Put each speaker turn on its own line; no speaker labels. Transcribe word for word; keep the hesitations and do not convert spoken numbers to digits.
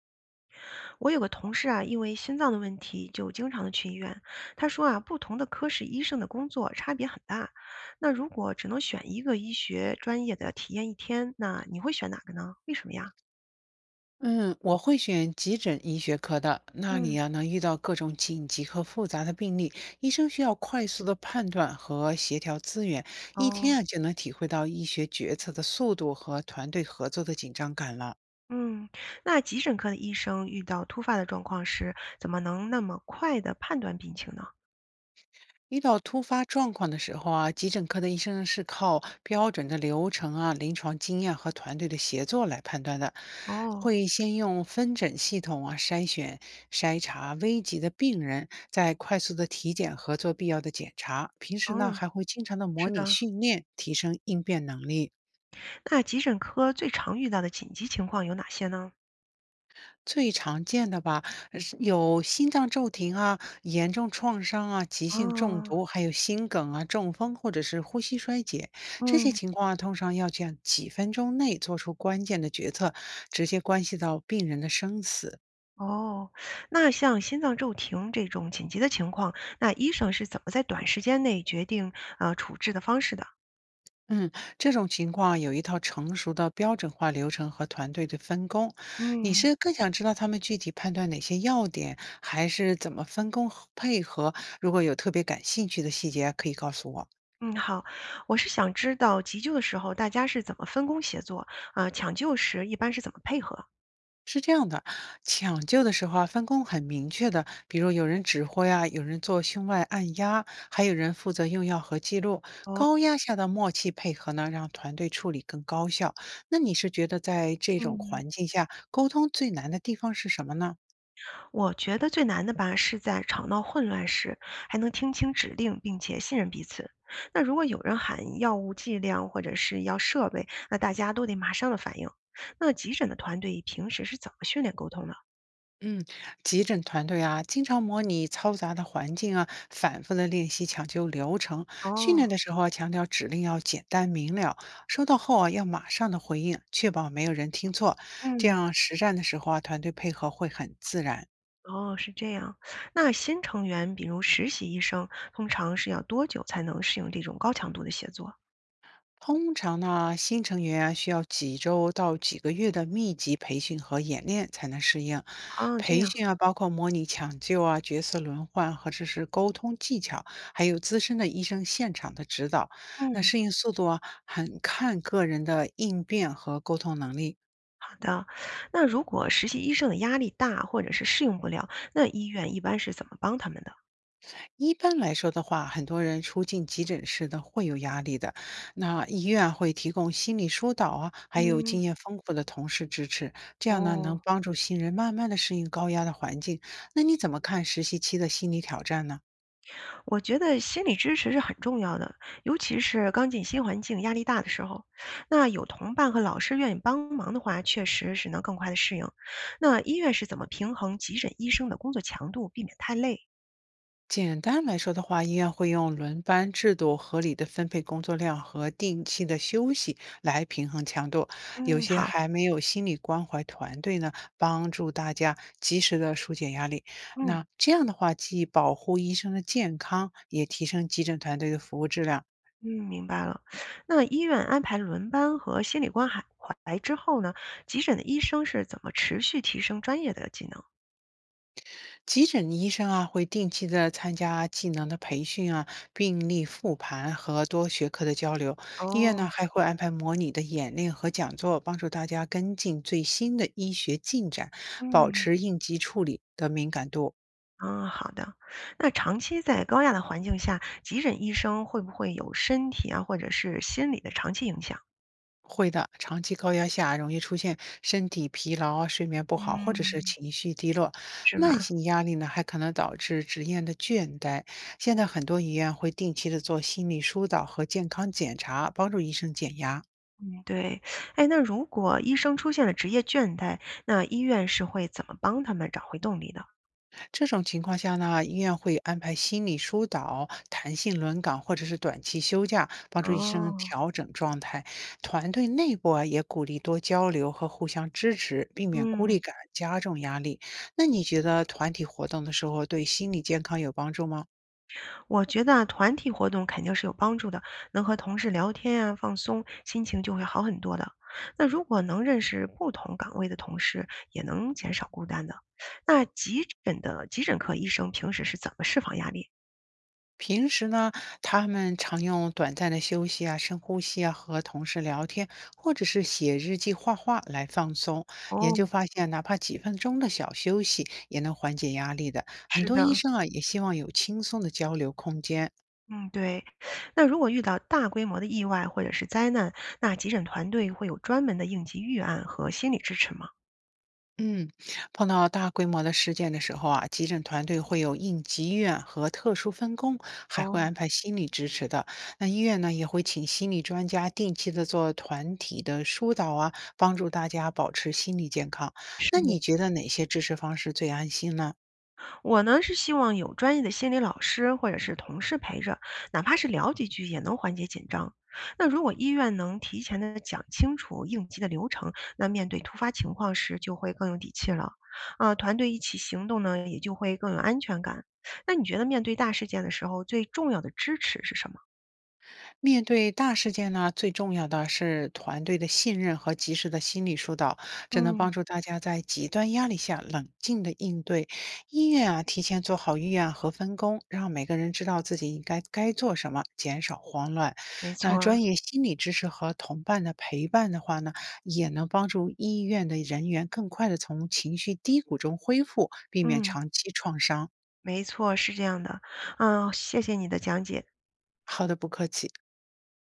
我有个同事啊，因为心脏的问题就经常的去医院。他说啊，不同的科室医生的工作差别很大。那如果只能选一个医学专业的体验一天，那你会选哪个呢？为什么呀？
嗯，我会选急诊医学科的，那
嗯，
里啊能遇到各种紧急和复杂的病例，医生需要快速的判断和协调资源，一
哦，
天啊就能体会到医学决策的速度和团队合作的紧张感了。
嗯，那急诊科的医生遇到突发的状况时，怎么能那么快的判断病情呢？
遇到突发状况的时候啊，急诊科的医生是靠标准的流程啊、临床经验和团队的协作来判断的，
哦，
会先用分诊系统啊筛选、筛查危急的病人，再快速的体检和做必要的检查。平时呢，
嗯，
还会经常的模
是
拟
的。
训练，提升应变能力。
那急诊科最常遇到的紧急情况有哪些呢？
最常见的吧，呃是有心脏骤停啊、严重创伤啊、急性中
哦，
毒，还有心梗啊、中风或者是呼吸衰竭这些
嗯。
情况啊，通常要在几分钟内做出关键的决策，直接关系到病人的生死。
哦，那像心脏骤停这种紧急的情况，那医生是怎么在短时间内决定呃处置的方式的？
嗯，这种情况啊有一套成熟的标准化流程和团队的分工。你
嗯
是更想知道他们具体判断哪些要点，还是怎么分工和配合？如果有特别感兴趣的细节啊，可以告诉我。
嗯，好，我是想知道急救的时候大家是怎么分工协作，呃，抢救时一般是怎么配合？
是这样的，抢救的时候啊，分工很明确的，比如有人指挥啊，有人做胸外按压，还有人负责用药和记录。
哦，
高压下的默契配合呢，让团队处理更高效。那你是觉得在这种
嗯，
环境下，沟通最难的地方是什么呢？
我觉得最难的吧是在吵闹混乱时还能听清指令，并且信任彼此。那如果有人喊药物剂量或者是要设备，那大家都得马上的反应。那急诊的团队平时是怎么训练沟通的？
嗯，急诊团队啊，经常模拟嘈杂的环境啊，反复的练习抢救流程。训练
哦，
的时候啊，强调指令要简单明了，收到后啊要马上的回应，确保没有人听错。这
嗯，
样实战的时候啊，团队配合会很自然。
哦，是这样。那新成员，比如实习医生，通常是要多久才能适应这种高强度的写作？
通常呢，新成员啊需要几周到几个月的密集培训和演练才能适应。
啊，这
培
样，
训啊，包括模拟抢救啊、角色轮换和者是沟通技巧，还有资深的医生现场的指导。那
嗯，
适应速度啊，很看个人的应变和沟通能力。
好的。那如果实习医生的压力大，或者是适应不了，那医院一般是怎么帮他们的？
一般来说的话，很多人出进急诊室的会有压力的。那医院会提供心理疏导啊，还有
嗯，
经验丰富的同事支持，这样呢能
哦。
帮助新人慢慢的适应高压的环境。那你怎么看实习期的心理挑战呢？
我觉得心理支持是很重要的，尤其是刚进新环境、压力大的时候，那有同伴和老师愿意帮忙的话，确实是能更快的适应。那医院是怎么平衡急诊医生的工作强度，避免太累？
简单来说的话，医院会用轮班制度、合理的分配工作量和定期的休息来平衡强度。有
嗯，
些
好，
还没有心理关怀团队呢，帮助大家及时的疏解压力。
嗯
那这样的话，既保护医生的健康，也提升急诊团队的服务质量。
嗯，明白了。那医院安排轮班和心理关怀怀之后呢，急诊的医生是怎么持续提升专业的技能？
急诊医生啊，会定期的参加技能的培训啊、病例复盘和多学科的交流。医院呢
哦，
还会安排模拟的演练和讲座，帮助大家跟进最新的医学进展，保
嗯。
持应急处理的敏感度。
嗯，好的。那长期在高压的环境下，急诊医生会不会有身体啊，或者是心理的长期影响，
会的，长期高压下容易出现身体疲劳、睡眠不好，或者是
嗯，
情绪低落。
是
慢
吧？
性压力呢，还可能导致职业的倦怠。现在很多医院会定期的做心理疏导和健康检查，帮助医生减压。
嗯。对。哎，那如果医生出现了职业倦怠，那医院是会怎么帮他们找回动力的？
这种情况下呢，医院会安排心理疏导、弹性轮岗或者是短期休假，帮助医生
哦，
调整状态。团队内部啊，也鼓励多交流和互相支持，避免孤
嗯。
立感加重压力。那你觉得团体活动的时候对心理健康有帮助吗？
我觉得啊团体活动肯定是有帮助的，能和同事聊天啊，放松，心情就会好很多的。那如果能认识不同岗位的同事，也能减少孤单的。那急诊的急诊科医生平时是怎么释放压力？
平时呢，他们常用短暂的休息啊、深呼吸啊，和同事聊天，或者是写日记、画画来放松。研
哦，
究发现，哪怕几分钟的小休息，也能缓解压力的。很
是
多医
的，
生啊，也希望有轻松的交流空间。
嗯，对。那如果遇到大规模的意外或者是灾难，那急诊团队会有专门的应急预案和心理支持吗？
嗯，碰到大规模的事件的时候啊，急诊团队会有应急医院和特殊分工，还会
哦，
安排心理支持的。那医院呢，也会请心理专家定期的做团体的疏导啊，帮助大家保持心理健康。
是
那
的。
你觉得哪些支持方式最安心呢？
我呢是希望有专业的心理老师或者是同事陪着，哪怕是聊几句也能缓解紧张。那如果医院能提前的讲清楚应急的流程，那面对突发情况时就会更有底气了。啊，团队一起行动呢，也就会更有安全感。那你觉得面对大事件的时候，最重要的支持是什么？
面对大事件呢，最重要的是团队的信任和及时的心理疏导，这能
嗯，
帮助大家在极端压力下冷静的应对。医院啊，提前做好预案和分工，让每个人知道自己应该该做什么，减少慌乱。
没
那
错。
专业心理知识和同伴的陪伴的话呢，也能帮助医院的人员更快的从情绪低谷中恢复，避免
嗯，
长期创伤。
没错，是这样的。嗯，谢谢你的讲解。
好的，不客气。